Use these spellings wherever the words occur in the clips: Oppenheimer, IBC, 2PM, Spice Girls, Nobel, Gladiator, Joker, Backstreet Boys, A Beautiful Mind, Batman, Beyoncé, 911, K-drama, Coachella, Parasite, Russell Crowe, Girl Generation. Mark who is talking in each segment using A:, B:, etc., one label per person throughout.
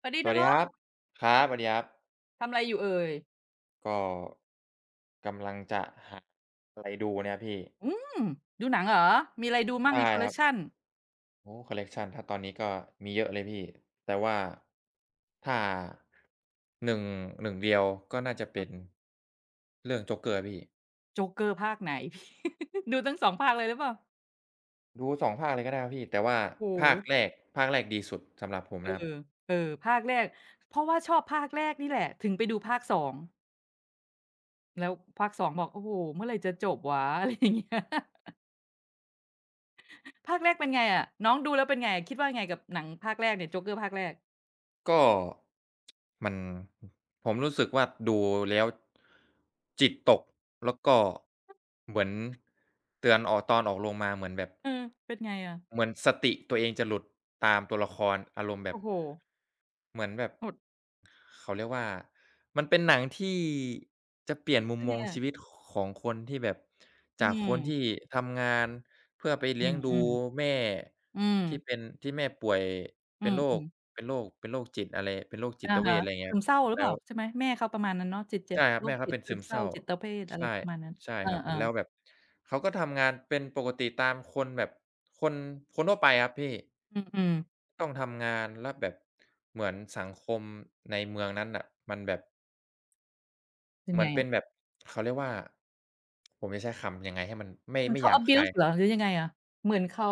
A: สวัสดี
B: สวัส
A: น้อ
B: ดีค
A: ง
B: รับ ครับสวัสดีครับ
A: ทำอะไรอยู่เอ่ย
B: ก็กำลังจะหาอะไรดูเนี่ยพี่
A: อืมดูหนังเหรอ มีอะไรดูมั่ง
B: ใช่
A: ในคอล
B: ค
A: เลก
B: รับ
A: ชัน
B: โอ้คอลเลกชันถ้าตอนนี้ก็มีเยอะเลยพี่แต่ว่าถ้าหนึ่งหนึ่งเดียวก็น่าจะเป็นเรื่อง "Joker" พี่
A: โจ๊กเกอร์ภาคไหน ดูทั้งสองภาคเลยหรือเปล่า
B: ดูสองภาคเลยก็ได้ครับพี่แต่ว่า
A: โอ้
B: ภาค
A: โห
B: แรกภาคแรกดีสุดสำหรับผม
A: เออ
B: นะครับ
A: เออภาคแรกเพราะว่าชอบภาคแรกนี่แหละถึงไปดูภาคสองแล้วภาคสองบอกโอ้โหเมื่อไหรจะจบวะ อะไรอย่างเงี้ยภาคแรกเป็นไงอะน้องดูแล้วเป็นไงคิดว่าไงกับหนังภาคแรกเนี่ยโจ๊กเกอร์ภาคแรก
B: ก็มันผมรู้สึกว่าดูแล้วจิตตกแล้วก็เหมือนเตือนออกตอนออกโรงมาเหมือนแบบ
A: เออเป็นไงอะ
B: เหมือนสติตัวเองจะหลุดตามตัวละครอารมณ์แบบ
A: โอ้โฮ
B: เหมือนแบบ
A: หด
B: เขาเรียกว่ามันเป็นหนังที่จะเปลี่ยนมุม
A: เป็น
B: ม
A: ไง
B: อง
A: อะ
B: ชีวิตของคนที่แบบ
A: อื
B: จากค
A: ม
B: นที่ทำงานเพื่อไป
A: อื
B: เลี้ยงดู
A: ม
B: แม่
A: อืม
B: ที่เป็นที่แม่ป่วย
A: อื
B: เป็น
A: ม
B: โร
A: อื
B: ค
A: ม
B: เป็นโรคเป็นโรคจิตอะไรเป็นโรคจิ
A: อะ
B: ตเว
A: ฮะ
B: ชอะไรอย่างเงี้
A: ซึ
B: ย
A: ม
B: ครับ
A: เศร้าหรือเป
B: แล้ว
A: ล่าใช่ไหมแม่เขาประมาณนั้นเนาะจิตเจ็บ
B: ใช่ครับ
A: โรค
B: แม่เขา
A: จิต
B: เป็น
A: ซึ
B: ซึ
A: ม
B: ม
A: เศ
B: เศ
A: ร้า
B: ร้า
A: จิตเภทอะไร
B: ใช่
A: ประมาณนั้น
B: ใช่
A: เอ
B: ครับ
A: อ
B: แล้วแบ
A: ๆ
B: บเขาก็ทำงานเป็นปกติตามคนแบบคนคนทั่วไปครับพี่
A: อืมๆ
B: ต้องทำงานแล้วแบบเหมือนสังคมในเมืองนั้นน่ะมันแบบ
A: เป็น
B: เหม
A: ไง
B: อนเป็
A: อะ
B: นแบบเขาเรียกว่าผมจะใช้คำยังไงให้มันไม่
A: เหมือน
B: ไม่ห
A: เขา
B: ยาบคาย
A: abuse เหรอหรือยังไงอะเหมือนเขา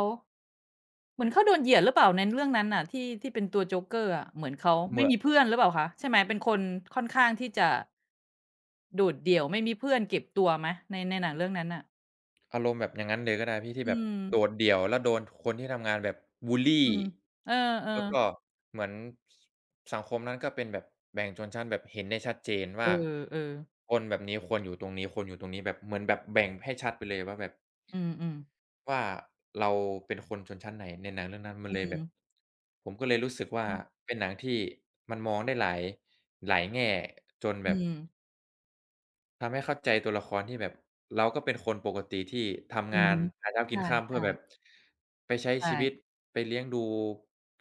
A: เหมือนเขาโดนเหยียดหรือเปล่าในเรื่องนั้นน่ะที่ที่เป็นตัวโจ๊กเกอร์อะเหมือนเขา
B: เห
A: ไม่
B: มือน
A: มีเพื่อนหรือเปล่าคะใช่ไหมเป็นคนค่อนข้างที่จะโดดเดี่ยวไม่มีเพื่อนเก็บตัวไหมในในหนังเรื่องนั้นน่ะ
B: อารมณ์แบบอย่างนั้นเลยก็ได้พี่ที่
A: อื
B: แบบ
A: ม
B: โดดเดี่ยวแล้วโดนคนที่ทำงานแบบบุลลี
A: อืมเออ
B: แล้วก็
A: ๆ
B: เหมือนสสังคมนั้นก็เป็นแบบแบ่งชนชั้นแบบเห็นได้ชัดเจน
A: เอ
B: ว่า
A: อๆ
B: คนแบบนี้ควรอยู่ตรงนี้คนอยู่ตรงนี้แบบเหมือนแบบแบ่งให้ชัดไปเลยว่าแบบ
A: อืมๆ
B: ว่าเราเป็นคนชนชั้นไหนในหนังเรื่องนั้นมัน
A: อื
B: เลยแบบ
A: ม
B: ผมก็เลยรู้สึกว่า
A: เนาะ
B: เป็นหนังที่มันมองได้หลายแง่จน
A: อื
B: แบบ
A: ม
B: ทำให้เข้าใจตัวละครที่แบบเราก็เป็นคนปกติที่ทำ
A: อือ
B: งาน
A: ฮึ
B: หาเช้า
A: ใ
B: กินค่ำเพื่อ
A: ช่
B: แบบ
A: ๆ
B: ไปใช้ชีวิต
A: ใช่
B: ไปเลี้ยงดู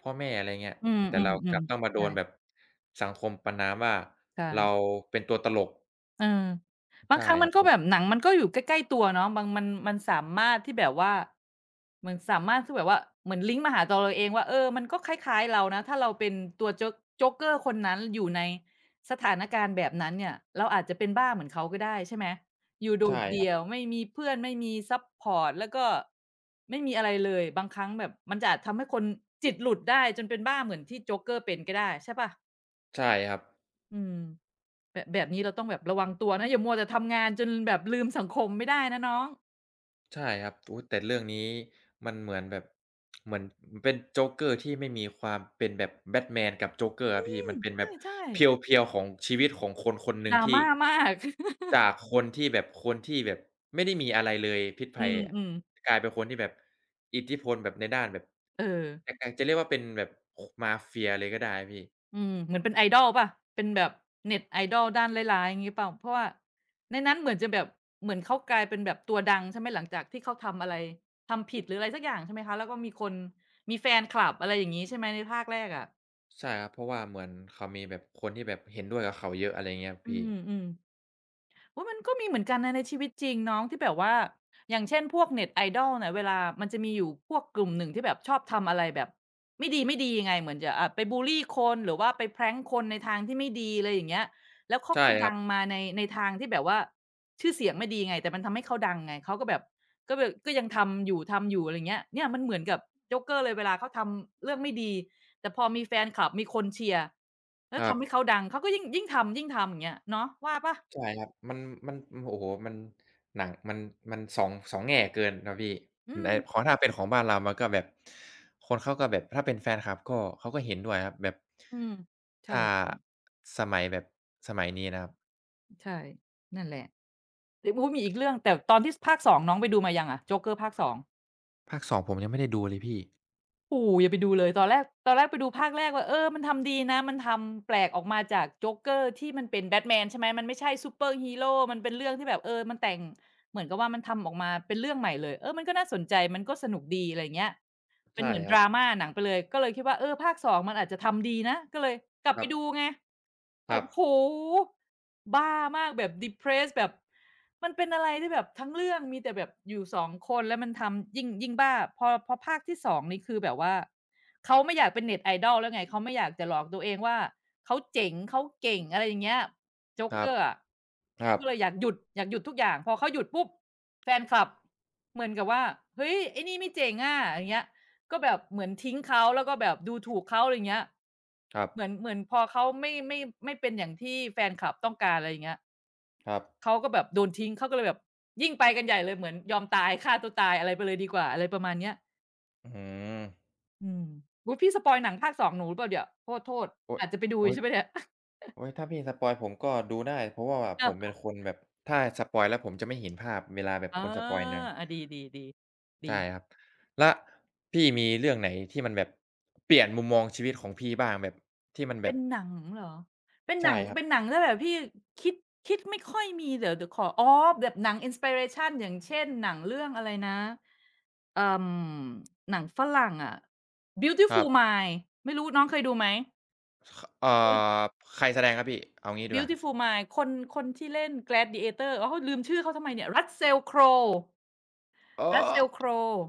B: พ่อแม่อะไรเงี้ย
A: อื
B: แต่เรากลั
A: ม
B: บต้
A: ๆ
B: อง
A: ๆ
B: มาโด
A: ใช่
B: นแบบสังคมประณามว่าเรา
A: ใช่
B: เป็นตัวตลก
A: เออบาง
B: ใช่
A: ครั้ง
B: ค
A: มั
B: รั
A: น
B: บ
A: ก็
B: ผ
A: แบบ
B: ม
A: หนังมันก็อยู่ใกล้ๆตัวเนาะบางมันมันสามารถที่แบบว่าเหมือนสามารถที่แบบว่าเหมือนลิงก์มาหาตัวเราเองว่าเออมันก็คล้ายๆเรานะถ้าเราเป็นตัวโจ๊กเกอร์คนนั้นอยู่ในสถานการณ์แบบนั้นเนี่ยเราอาจจะเป็นบ้าเหมือนเขาก็ได้ใช่ไหมอยู่โด
B: ใช่
A: ด
B: ครั
A: เดี่ยว
B: บ
A: ไม่มีเพื่อนไม่มีซัปพอร์ตแล้วก็ไม่มีอะไรเลยบางครั้งแบบมันจะอาจทำให้คนจิตหลุดได้จนเป็นบ้าเหมือนที่โจ๊กเกอร์เป็นก็ได้ใช่เปล่า
B: ใช่ครับ
A: อืม แบบแบบนี้เราต้องแบบระวังตัวนะอย่ามัวแต่ทำงานจนแบบลืมสังคมไม่ได้นะน้อง
B: ใช่ครับอุ๊ยแต่เรื่องนี้มันเหมือนแบบเหมือนเป็นโจ๊กเกอร์ที่ไม่มีความเป็นแบบแบทแมนกับโจ๊กเกอร์ครับพี่มันเป็นแบบ
A: ใช่
B: เ
A: ๆ
B: พียวๆของชีวิตของคนคนหนึ่งที่
A: drama มาก
B: จากคนที่แบบไม่ได้มีอะไรเลยพิษ
A: อื
B: ภัยอะ
A: มๆ
B: กลายเป็นคนที่แบบอิทธิพลแบบในด้านแบบ
A: เออ
B: แต่จะเรียกว่าเป็นแบบคมาเฟียเลยก็ได้อะพี่
A: อืมเหมือนเป็น idol เปล่าเป็นแบบเน็ตไอดอลด้านร้ายๆอย่างงี้เปล่าเพราะว่าในนั้นเหมือนจะแบบเหมือนเขากลายเป็นแบบตัวดังใช่ไหมหลังจากที่เขาทำอะไรทำผิดหรืออะไรสักอย่างใช่ไหมคะแล้วก็มีคนมีแฟนคลับอะไรอย่างงี้ใช่ไหมในภาคแรกอะ
B: ใช่ครับเพราะว่าเหมือนเขามีแบบคนที่แบบเห็นด้วยกับเขาเยอะอะไรอย่างเงี้ยครับ
A: อื
B: พี่
A: มๆ โอ๊ยมันก็มีเหมือนกันนะในชีวิตจริงน้องที่แบบว่าอย่างเช่นพวกเน็ตไอดอลเนี่ยเวลามันจะมีอยู่พวกกลุ่มหนึ่งที่แบบชอบทำอะไรแบบไม่ดีไม่งไงเหมือนจะไปบุลลีคนหรือว่าไป prank คนในทางที่ไม่ดีอะไรอย่างเงี้ยแล้วเขา
B: ใช่
A: ก็
B: ครั
A: ดั
B: บ
A: งมาในในทางที่แบบว่าชื่อเสียงไม่ดีไงแต่มันทำให้เขาดังไงเขาก็แบบก็แบบก็ยังทำอยู่อะไรอย่างเงี้ยเนี่ยมันเหมือนกับโจ๊กเกอร์เลยเวลาเขาทำเรื่องไม่ดีแต่พอมีแฟนคลับมีคนเชียร์แล้ว
B: ครับ
A: ทำให้เขาดังเขาก็ยิ่งทำอย่างเงี้ยเนาะว่าเปล่า
B: ใช่ครับมันโอ้โฮมันหนังมันสองแง่เกินเนาะพี่
A: อืม
B: แต่พอถ้าเป็นของบ้านเรามันก็แบบคนเขาก็แบบถ้าเป็นแฟนคลับก็เขาก็เห็นด้วยครับแบบ
A: อืมใช่
B: ถ้าสมัยแบบสมัยนี้นะครับ
A: ๆใช่นั่นแหละเดี๋ยวโอุมีอีกเรื่องแต่ตอนที่สภาค2น้องไปดูมายังอะโจ๊กเกอร์ภาค2
B: ภาค2ผมยังไม่ได้ดูเลยพี่
A: โอ้โฮอย่าไปดูเลยตอนแรกไปดูภาคแรกว่าเออมันทำดีนะมันทำแปลกออกมาจากโจ๊กเกอร์ที่มันเป็นแบทแมนใช่ไหมมันไม่ใช่ซูเปอร์ฮีโรมันเป็นเรื่องที่แบบเออมันแต่งเหมือนกับว่ามันทำออกมาเป็นเรื่องใหม่เลยเออมันก็น่าสนใจมันก็สนุกดีอะไรอย่างเงี้ย เป็น
B: ใช่
A: เหมือน
B: ค
A: ด
B: รับ
A: ราม่าหนังไปเลยก็เลยคิดว่าเออภาค2มันอาจจะทำดีนะก็เลยกลับ
B: ค
A: ไป
B: รับ
A: ดูไง
B: ค
A: แบ
B: รั
A: บ
B: บ
A: โอ้โฮบ้ามากแบบ depressed แบบมันเป็นอะไรที่แบบทั้งเรื่องมีแต่แบบอยู่2คนแล้วมันทำยิ่งบ้าพอภาคที่2นี่คือแบบว่าเขาไม่อยากเป็น Net Idol แล้วไงเขาไม่อยากจะหลอกตัวเองว่าเขาเจ๋งเขาเก่งอะไรอย่างเงี้ยโจ๊ก
B: ค
A: เก
B: รับ
A: อร์อะ
B: ครั
A: เขา
B: บ
A: ก็เลยอยากหยุดทุกอย่างพอเขาหยุดปุ๊บแฟนคลับเหมือนกับว่าเฮ้ยไอ้นี่ไม่เจ๋งอะอย่างเงี้ย ก็แบบเหมือนทิ้งเขาแล้วก็แบบดูถูกเขาอะไรอย่างเงี้ย
B: ครั
A: เหมือน
B: บ
A: เหมือนพอเขาไม่ไม่เป็นอย่างที่แฟนคลับต้องการอะไรอย่างเงี้ย
B: ครับ
A: เขาก็แบบโดนทิ้งเขาก็เลยแบบยิ่งไปกันใหญ่เลยเหมือนยอมตายฆ่าตัวตายอะไรไปเลยดีกว่าอะไรประมาณเนี้ย
B: อื้อฮือ
A: อืมอุ๊ยพี่สปอยล์หนังภาคสองหนูหรือเปล่าเนี่ยโทษ
B: โอ๊ย
A: อาจจะไปดูอ
B: โอ๊
A: ยู่
B: ย
A: ใช่ไหมเนี่ย
B: โอ๊ยถ้าพี่สปอยล์ผมก็ดูได้เพราะว่าผมเป็
A: อ
B: นคนแบบถ้าสปอยล์แล้วผมจะไม่เห็นภาพเวลาแบบ
A: า
B: คนสปอยล์หนัง
A: อาดีๆๆดี
B: ใช่ครับแล้วพี่มีเรื่องไหนที่มันแบบเปลี่ยนมุมมองชีวิตของพี่บ้างแบบที่มันแบ
A: เป็น
B: บ
A: หนังเหรอเป็นหนั
B: ใช่
A: ง
B: ครับ
A: เป็นหนังด้วยเบรพี่คิดไม่ค่อยมีเดี๋ยวขออ๋อแบบหนัง inspiration อย่างเช่นหนังเรื่องอะไรนะ เอ่อหนังฝรั่งอะ
B: ครับ
A: Beautiful Mind ไม่รู้น้องเคยดูไหม
B: คเอ่
A: Beau
B: อใครแสดงครับพี่เอางี้ดีกว่า
A: Beautiful Mind คนคนที่เล่น Gladiator อ้าวลืมชื่อเขาทำไมเนี่ย Russell Crowe
B: อ๋อ
A: Russell Crowe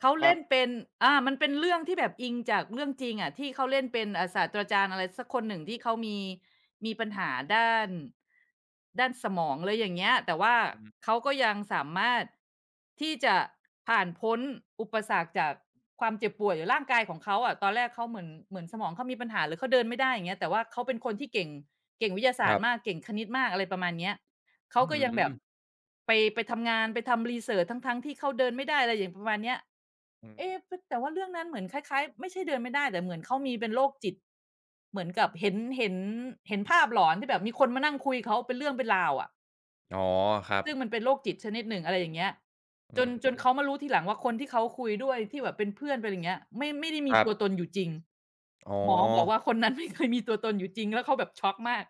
A: เขา
B: ครั
A: เล่
B: บ
A: นเป็นอ่ามันเป็นเรื่องที่แบบอิงจากเรื่องจริงอะที่เขาเล่นเป็นอ่าศาสตราจารย์อะไรสักคนหนึ่งที่เขามีมีปัญหาด้านด้านสมองอะไรอย่างเงี้ยแต่ว่า
B: อืม
A: เขาก็ยังสามารถที่จะผ่านพ้นอุปสรรคจากความเจ็บป่วยหรือร่างกายของเขาอะตอนแรกเขาเหมือนสมองเขามีปัญหาหรือเขาเดินไม่ได้อย่างเงี้ยแต่ว่าเขาเป็นคนที่เก่งเก่งวิทยาศา
B: ค
A: สต
B: รั
A: ร์
B: บ
A: มากเก่งคณิตมากอะไรประมาณเนี้ย เขา
B: อื
A: ก็ยังแบบ
B: ม
A: ไปทำงานไปทำ research ทั้งๆที่เขาเดินไม่ได้อะไรอย่างประมาณเนี้ย
B: อื
A: เอ๊พ
B: ม
A: แต่ว่าเรื่องนั้นเหมือนคล้ายๆไม่ใช่เดินไม่ได้แต่เหมือนเขามีเป็นโรคจิตเหมือนกับเห็นเห็นภาพหลอนที่แบบมีคนมานั่งคุยเขาเป็นเรื่องเป็นราวอะ
B: อ๋อครับ
A: ซึ่งมันเป็นโรคจิตชนิดหนึ่งอะไรอย่างเงี้ย
B: อื
A: จนเขา
B: ม
A: มารู้ทีหลังว่าคนที่เขาคุยด้วยที่แบบเป็นเพื่อนเป็นอะไรอย่างเงี้ยไม่ได้มี
B: ครั
A: ตั
B: บ
A: วตนอยู่จริง
B: อ๋อ
A: หมอบอกว่าคนนั้น ไม่เคยมีตัวตนอยู่จริงแล้วเขาแบบช็อกมาก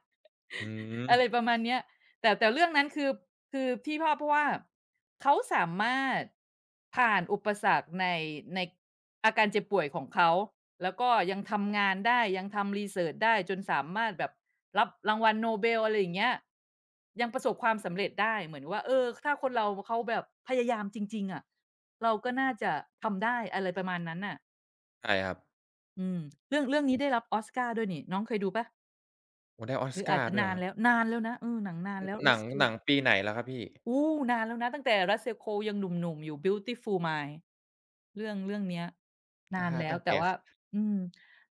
B: อืม
A: อะไรประมาณเนี้ยแต่เรื่องนั้นคือพี่วอาเพราะว่าเขาสามารถผ่านอุปสรรคในอาการเจ็บป่วยของเขาแล้วก็ยังทำงานได้ยังทำ research ได้จนสามารถแบบรับรางวัลโนเบลอะไรอย่างเงี้ยยังประสบความสำเร็จได้เหมือนว่าเออถ้าคนเราเขาแบบพยายามจริงๆอะเราก็น่าจะทำได้อะไรประมาณนั้นน่ะ
B: ใช่ครับ
A: อืมเรื่องนี้ได้รับออสการ์ด้วยนี่น้องเคยดูเปล่า
B: โอ้ได้ออ
A: ห
B: ส
A: รืออา
B: กา
A: จ
B: ร์
A: จะ
B: ด้วยเหรอครับ
A: นานแล้วนะเออหนังนาน
B: อ
A: แล้ว
B: หนังห
A: Rescue
B: นังปีไหนแล้วครับพี่
A: โอ้นานแล้วนะตั้งแต่ Russell Crowe ยังหนุ่มๆอยู่ Beautiful Mind เรื่องเนี้ยนาน
B: ถ้า
A: แล้ว
B: ตั้ง
A: แต่
B: แต่
A: ว่าอืม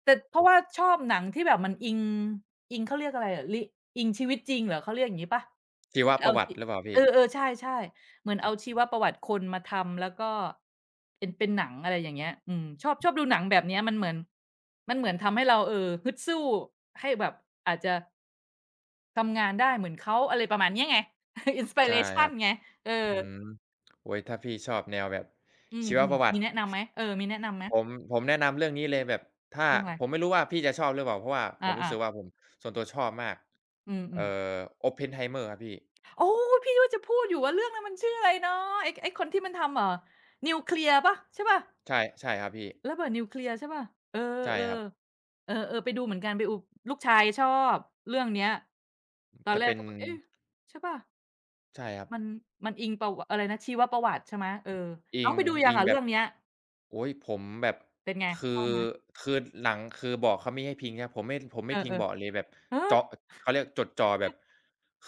A: แต่เพราะว่าชอบหนังที่แบบมันอิงเขาเรียกอะไรอะลิอิงชีวิตจริงเหรอเขาเรียกอย่างงี้เปล่า
B: ชีวป
A: เอา
B: ระวั
A: ชี
B: ติหรือเปล่า
A: เอ
B: พี่
A: อๆใช่ๆเหมือน
B: อื
A: เอาชี
B: ม
A: วประวัติคนมาทำแล้วก็เป็นเป็นหนังอะไรอย่างเงี้ยอืมชอบดูหนังแบบเนี้ยมันเหมือนทำให้เราฮึดสู้ให้แบบอาจจะ ทำงานได้เหมือนเขาอะไรประมาณเนี้ยไง inspiration
B: ใช่
A: ไพเรชั
B: ค
A: น
B: รับ
A: ไงเออ
B: อืมโอ้โฮถ้าพี่ชอบแนวแบบ
A: อืม
B: ชีวประวั
A: ๆมี
B: ติ
A: แนะนำไหมเออมีแนะนำไหม
B: ผมผมแนะนำเรื่องนี้เลยแบบถ้า
A: เรื่องอะไร
B: ผมไม่รู้ว่าพี่จะชอบหรือเปล่าเพราะว่า
A: อ
B: ผมรู้
A: า
B: สึ
A: ๆ
B: กว่าผมส่วนตัวชอบมาก
A: อืม
B: เอ่
A: ๆ
B: อ Oppenheimer ครับพี่
A: โอ้พี่ว่าจะพูดอยู่ว่าเรื่องนั้นมันชื่ออะไรเนาะไอ้คนที่มันทำนิวเคลียร์เปล่าใช่เปล่า
B: ใช่ใช่ครับพี่
A: ระเบิดนิวเคลียร์ใช่เปล่าเออ
B: ใช่ครับ
A: ๆเออๆไปดูเหมือนกันไปดูลูกชายชอบเรื่องเนี้ยตอน
B: แต่
A: แรก
B: เป็น
A: ก็แบบเอ๊ะใช่เปล่า
B: ใช่ครับ
A: มันอิงประอะไรนะชีวประวัติใช่ไหมเออน้
B: อิ
A: อง
B: ง
A: ไปดูยั
B: อิ
A: ง
B: ง
A: อะ
B: แบ
A: เรื่
B: บ
A: องเนี้ย
B: โอ๊ยผมแบบ
A: เป็นไง
B: คือ
A: ชอบไหม
B: คือหลังคือเบาะเขาไม่ให้พิงครับผมไม่ผม
A: เอ
B: ไม่
A: อ
B: พิงเบาะ
A: ๆ
B: เลยแบบ
A: เออ
B: เจาะเขาเรียกจดจ่อแบบ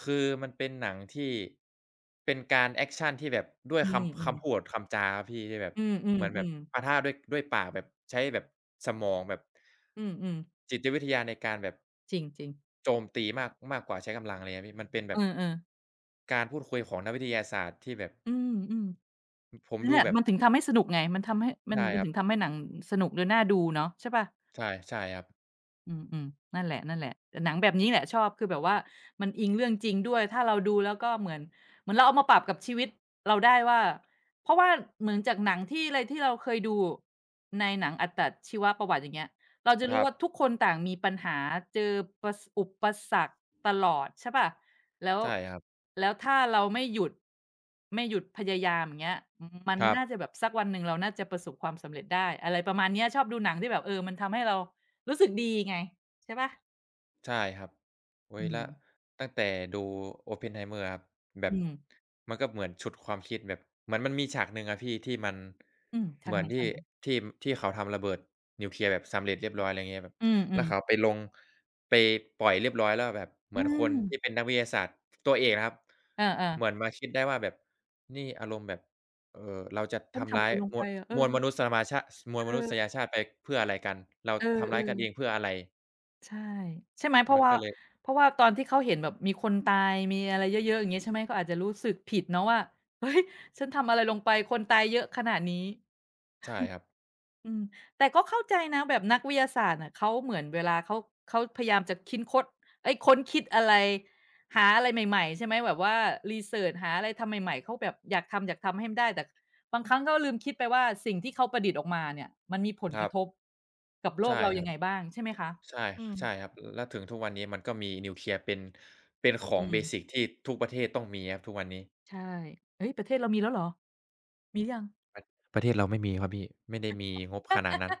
B: คือมันเป็นหนังที่เป็นการแอกชันที่แบบด้วย
A: อืมอื
B: คำ
A: ม
B: คำพูดคำจาครับพี่ที่แบบ
A: อืมอืม
B: เหมือนแบ
A: อื
B: บปะทะด้วยปากแบบใช้แบบสมองแบบ
A: มอืม
B: จิตวิทยาในการแบบ
A: จริงๆ
B: โจมตีมากมากกว่าใช้กำลังอะไรเงี้ยพี่มันเป็นแบ
A: เอ
B: บ
A: อๆ
B: การพูดคุยของนักวิทยาศาสตร์ที่แบบ
A: อืม
B: ผม
A: ๆนั่นแห
B: ดู
A: ละ
B: แบบ
A: มันถึงทำให้สนุกไง
B: ใช่
A: มัน
B: ครั
A: ถึง
B: บ
A: ทำให้หนังสนุกหรือน่าดูเนาะใช่เปล่า
B: ใช่ครับ
A: อืมๆนั่นแหละหละหนังแบบนี้แหละชอบคือแบบว่ามันอิงเรื่องจริงด้วยถ้าเราดูแล้วก็เหมือนเราเอามาปรับกับชีวิตเราได้ว่าเพราะว่าเหมือนจากหนังที่ไรที่เราเคยดูในหนังอัตชีวประวัติอย่างเงี้ยเราจะ
B: ค
A: รู้
B: รับ
A: ว่าทุกคนต่างมีปัญหาเจอประสอุปสรรคตลอดใช่เปล่าแล้ว
B: ใช่ครับ
A: ถ้าเราไม่หยุดไม่หยุดพยายามอย่างเงี้ยมัน
B: ครับ
A: น่าจะแบบสักวันหนึ่งเราน่าจะประสบความสำเร็จได้อะไรประมาณเนี้ยชอบดูหนังที่แบบเออมันทำให้เรา รู้สึกดีไงใช่เปล่า
B: ใช่ครับโอ๊ย
A: อื
B: แล้
A: ม
B: วตั้งแต่ดู Oppenheimer ครับแบบ
A: อืม
B: มันก็เหมือนฉุดความคิดแบบเหมือนมันมีฉากหนึ่งอะพี่ที่มัน
A: อืมทา
B: เห
A: ง
B: มือ
A: ไห
B: น
A: น
B: ที่
A: ๆ
B: ที่ที่เขาทำระเบิดนิวเคลียร์แบบสำเร็จเรียบร้อยอะไรเงี้ยแบบ
A: อื
B: แล้
A: ม
B: วเขา
A: ๆ
B: ไปลงไปปล่อยเรียบร้อยแล้วแบบเห
A: อื
B: มือนค
A: ม
B: นที่เป็นนักวิทยาศาสตร์ตัวเอกนะครับ
A: เออ
B: เหมือน
A: ๆ
B: มาคิดได้ว่าแบบนี่อารมณ์แบบเราจะ
A: ท่าน
B: ทำ
A: ทำอะ
B: ร้า
A: ไร
B: ย
A: ลง
B: ม
A: ไป
B: วล
A: อะเออ
B: มวลม
A: เอ
B: วลมนุษย
A: อ
B: ชาติไปเพื่ออะไรกันเรา
A: เอ
B: ทำร้ายกันเอง
A: อ
B: เพื่ออะไร
A: ๆใช่ใช่ไหมเพ
B: มั
A: ราะ
B: น
A: ว่า
B: ก็เลย
A: เพราะว่าตอนที่เขาเห็นแบบมีคนตายมีอะไรเยอะๆอย่างงี้ใช่ไหมเขาอาจจะรู้สึกผิดเนาะว่าเฮ้ยฉันทำอะไรลงไปคนตายเยอะขนาดนี้
B: ใช่ครับ
A: อืมแต่ก็เข้าใจนะแบบนักวิทยาศาสตร์น่ะเขาเหมือนเวลาเขาพยายามจะคิดค้นเอ๊ยค้นคิดอะไรหาอะไรใหม่ๆใช่ไหมแบบว่ารีเซิร์ชหาอะไรทำใหม่ๆเขาแบบอยากทำอยากทำให้มันได้แต่บางครั้งเขาลืมคิดไปว่าสิ่งที่เขาประดิษฐ์ออกมาเนี่ยมันมีผล
B: ค
A: ก
B: รั
A: ระ
B: บ
A: ทบกับโลก
B: ใช่
A: เรา
B: ค
A: ยัง
B: รับ
A: ไงบ้างใช่ไหมคะ
B: ใช่
A: อื
B: ใช่
A: ม
B: ครับแล้วถึงทุกวันนี้มันก็มีนิวเคลียร์เป็นข
A: อื
B: องเบ
A: ม
B: สิกที่ทุกประเทศต้องมีครับทุกวันนี้
A: ใช่เฮ้ยประเทศเรามีแล้วเหรอมีหรือยัง
B: ประเทศเราไม่มีครับพี่ไม่ได้มีงบขนาดนั้น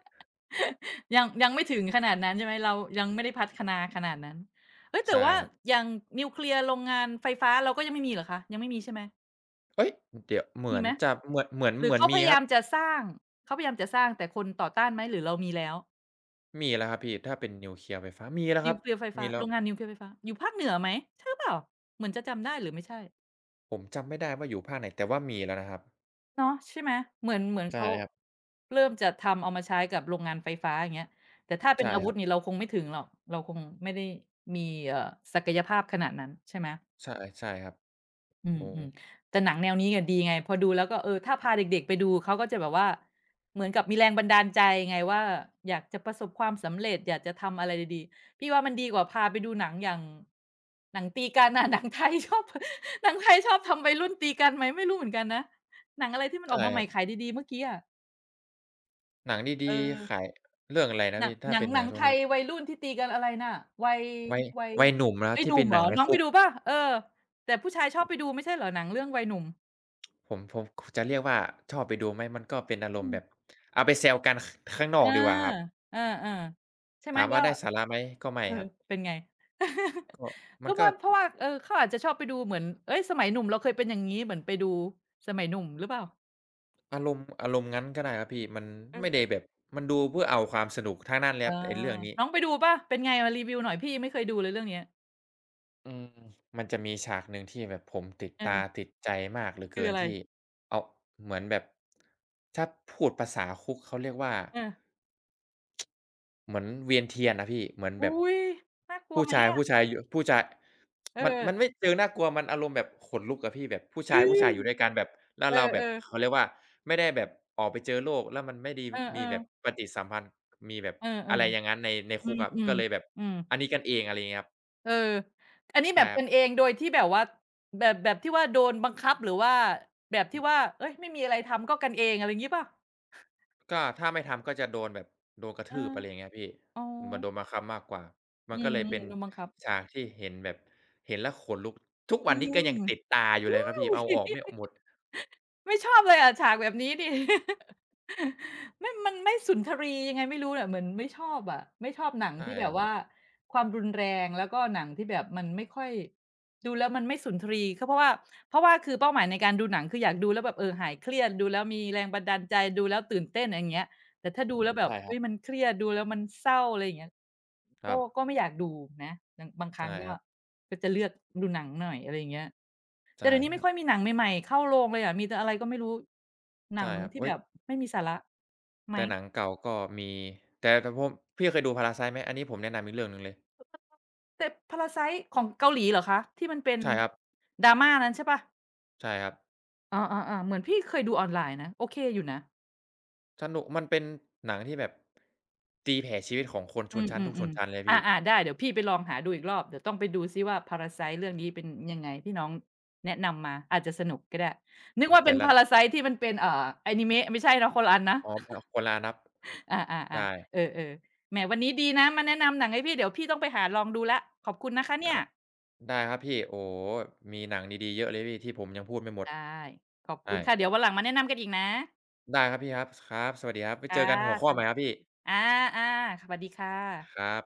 A: ยังยังไม่ถึงขนาดนั้นใช่ไหมเรายังไม่ได้พัฒนาขนาดนั้นเฮ้ยแต่
B: ใช่
A: ว่า
B: ครับ
A: อย่างนิวเคลียร์โรงงานไฟฟ้าเราก็ยังไม่มีเหรอคะยังไม่มีใช่ไหม
B: เฮ้ยเดี๋ยวเหมื
A: มี
B: อน
A: ไหม
B: จะเหมือนเหมือน
A: หรื
B: เห
A: อ
B: มือน
A: เขาพ
B: มี
A: ยา
B: ครั
A: ยา
B: บ
A: มจะสร้างเขาพยายามจะสร้างแต่คนต่อต้านไหมหรือเรามีแล้ว
B: มีแล้วครับพี่ถ้าเป็นนิวเคลียร์ไฟฟ้ามีแล้วค
A: นิว
B: รับ
A: เคลียร์ไฟฟ้า
B: มีแล้
A: โร
B: ว
A: งงานนิวเคลียร์ไฟฟ้าอยู่ภาคเหนือไหมใช่หรือเปล่าเหมือนจะจำได้หรือไม่ใช่
B: ผมจำไม่ได้ว่าอยู่ภาคไหนแต่ว่ามีแล้วนะครับ
A: เนาะใช่ไหมเหมือนเหมือน
B: ใช่
A: เขา
B: ครับ
A: เริ่มจะทำเอามาใช้กับโรงงานไฟฟ้าอย่างเงี้ยแต่ถ้าเป็น
B: ใช่
A: อาวุ
B: ค
A: ธ
B: รับ
A: นี่เราคงไม่ถึงหรอกเราคงไม่ได้มีศักยภาพขนาดนั้นใช่ไหม
B: ใช่ใช่ครับ
A: อื
B: อื
A: มอื
B: ม
A: มแต่หนังแนวนี้อะดีไงพอดูแล้วก็เออถ้าพาเด็กๆไปดูเขาก็จะแบบว่าเหมือนกับมีแรงบันดาลใจไงว่าอยากจะประสบความสำเร็จอยากจะทำอะไรดีๆพี่ว่ามันดีกว่าพาไปดูหนังอย่างหนังตีกันนะ หนังไทยชอบ หนังไทยชอบทำวัยรุ่นตีกันไหมไม่รู้เหมือนกันนะหนังอะไรที่มันออก
B: ใช่
A: มา
B: ค
A: ให
B: รั
A: ม่
B: บ
A: ขายดีๆเมื่อกี้อะ
B: หนัง
A: เอ
B: ดี
A: อ
B: ๆขายเรื่องอะไร
A: ห
B: นะ
A: นัง
B: พี่ถ้า
A: หนัง
B: เป็นหนัง
A: ไท
B: ช่วง
A: ย
B: นี้
A: วัยรุ่นที่ตีกันอะไรน่ะวัย
B: วัย
A: วัย
B: วัยหนุ่มนะครั
A: วั
B: บ
A: ยห
B: ที่
A: นุ่
B: เป็
A: ม
B: น
A: เห
B: ห
A: ร
B: นั
A: อ
B: งใน
A: น้องไป
B: คุก
A: ดูป่ะเออแต่ผู้ชายชอบไปดูไม่ใช่เหรอหนังเรื่องวัยหนุ่
B: ผมจะเรียกว่าชอบไปดูไหมมันก็เป็นอารมณ์แบบ
A: ม
B: เอาไปแซวกันขข้างน
A: เอ
B: อ
A: อ
B: กดีกว่าครับ
A: เออๆใช่ไหม
B: ถาม
A: ก็
B: ว่าได้สาระไหมก็ไม่
A: เออ
B: ครับ
A: เป็นไง
B: ก็
A: หรื
B: มัน
A: อ
B: ก็
A: ว่าเพราะว่าเออเขาอาจจะชอบไปดูเหมือนเฮ้ยสมัยหนุ่มเราเคยเป็นอย่างงี้เหมือนไปดูสมัยหนุ่มหรือเปล่า
B: อารมณ์งั้นก็ได้ครับพี่มันไม่
A: เอื
B: ได้แบบมันดูเพื่อเอาความสนุกทั้งนั้นเล
A: เอ
B: ยค
A: อ
B: รับไอ้เรื่องนี้
A: น้องไปดูเปล่าเป็นไงมารีวิวหน่อยพี่ยังไม่เคยดูเลยเรื่องเนี้ย
B: อืมมันจะมีฉากหนึ่งที่แบบผมติด
A: เอ
B: ตา
A: อ
B: ติดใจมากเหลือ
A: คือ
B: เกิน
A: อะไร
B: ที่เอาเหมือนแบบถ้าพูดภาษาคุกเขาเรียกว่า
A: เออ
B: เหมือนเวียนเทียนอะพี่เหมือน
A: อุ๊
B: แบบ
A: ยน่ากลัวไหมอะ
B: ผู้ชาย
A: เออ
B: มันไม่เชิงน่ากลัวมันอารมณ์แบบขนลุกอะพี่แบบผู้
A: อื
B: ชายผู้ชา
A: อ
B: ยอยู่ด้วยกันแบบแล้ว
A: เอ
B: เราแบบ
A: อๆ
B: เขาเรียกว่าไม่ได้แบบออกไปเจอโลกแล้วมันไม่ได้
A: เอ
B: มี
A: อ
B: แบบ
A: ๆ
B: ปฏิสัมพันธ์มีแบบ
A: เออๆเออ
B: อะไรอย่างงั้นใน
A: ๆอื
B: คุกครับ
A: ม
B: ก็เลยแบบ
A: ๆอืม
B: อันนี้กันเองอะไรอย่างเงี้ยครับ
A: เอออันนี้แบ
B: ใช่
A: บ
B: ครั
A: กั
B: บ
A: นเองโดยที่แบบว่าแบบแบบที่ว่าโดนบังคับหรือว่าแบบที่ว่าเฮ้ยไม่มีอะไรทำก็กันเองอะไรงี้เปล่า
B: ก็ถ้าไม่ทำก็จะโดนแบบโดนกระ
A: เออ
B: ทืบอะไรอย่างเงี้ยพี่
A: อ๋อ
B: มันโดนบังคับมากกว่ามั
A: อื
B: นก็เลย
A: ม
B: เป็น
A: ๆโดนบังคับ
B: ฉากที่เห็นแบบเห็นแล้วขนลุกทุก
A: อื
B: วันนี้ก็ยังติด
A: ม
B: ตาอยู่เลยครับพี่เอาออกไม่หมด
A: ไม่ชอบเลยอะฉากแบบนี้นี่ ไม่มันไม่สุนทรียังไงไม่รู้อะเหมือนไม่ชอบอะไม่ชอบหนัง
B: ใช่
A: ที่แบบ
B: ครั
A: ว่า
B: บ
A: ความรุนแรงแล้วก็หนังที่แบบมันไม่ค่อยดูแล้วมันไม่สุนทรี์ก็เพราะว่าเพราะว่าคือเป้าหมายในการดูหนังคืออยากดูแล้วแบบเออหายเครียดดูแล้วมีแรงบันดาลใจดูแล้วตื่นเต้นอะไรอย่างเงี้ยแต่ถ้าดู
B: อือ
A: แล้ว
B: ฮึ
A: แบบ
B: ใช่ค
A: เฮ้
B: รั
A: ย
B: บ
A: มันเครียดดูแล้วมันเศร้าอะไรอย่างเงี้ย
B: ค
A: ก็
B: รับ
A: ก็ไม่อยากดูนะบางบางครั้ง
B: ใช่
A: ก็
B: ครับ
A: ก็จะเลือกดูหนังหน่อยอะไรอย่างเงี้ย แต่
B: ใช่
A: เดี๋ยวนี้
B: ค
A: ไม่
B: รับ
A: ค่อยมีหนังใหม่ๆเข้าโรงเลยอะมีแต่อะไรก็ไม่รู้หนัง
B: ใช่ครับ
A: ที่
B: อุ๊
A: แบ
B: ย
A: บไม่มีสาระไหม
B: แต่หนังเก่าก็มีแต่ผมพี่เคยดู Parasite ไหมอันนี้ผมแนะนำอีกเรื่องหนึ่งเลย
A: แต่ "Parasite" ของเกาหลีเหรอคะที่มันเป็น
B: ใช่ครับ
A: drama นั้นใช่เปล่า
B: ใช่ครับ
A: อาๆๆเหมือนพี่เคยดูออนไลน์นะโอเคอยู่นะ
B: สนุกมันเป็นหนังที่แบบตีแผ่ชีวิตของคนช
A: อื
B: นชั้นทุกชน
A: ม
B: ชั้
A: ๆ
B: นเลย
A: ๆอ
B: พี่
A: าๆได้เดี๋ยวพี่ไปลองหาดูอีกรอบเดี๋ยวต้องไปดูซิว่า "Parasite" เรื่องนี้เป็นยังไงที่น้องแนะนำมาอาจจะสนุกก็ได้นึก
B: เออ
A: ว่าเป็
B: แต่
A: น
B: ละ
A: "Parasite" ที่มันเป็นอานิเมะไม่ใช่เนาะคนละอันนะ
B: อ๋อคนละอานับ
A: อาๆๆเออ
B: ใช่
A: ๆแหมวันนี้ดีนะมาแนะนำหนังให้พี่เดี๋ยวพี่ต้องไปหาลองดูแล้วขอบคุณนะคะเนี่ย
B: ได้ได้ครับพี่โอ้โฮมีหนังดีๆเยอะเลยพี่ที่ผมยังพูดไม่หมด
A: ได้ขอบคุ
B: ใช่
A: ณค่ะเดี๋ยววันหลังมาแนะนำกันอีกนะ
B: ได้ครับพี่ครับครับสวัสดีครับไว้
A: ค่ะ
B: เจอกันหัวข้
A: ส
B: อให
A: วั
B: ม่
A: ส
B: ครับพี่
A: อาๆสวัสดีค่
B: ค
A: ะ
B: รับ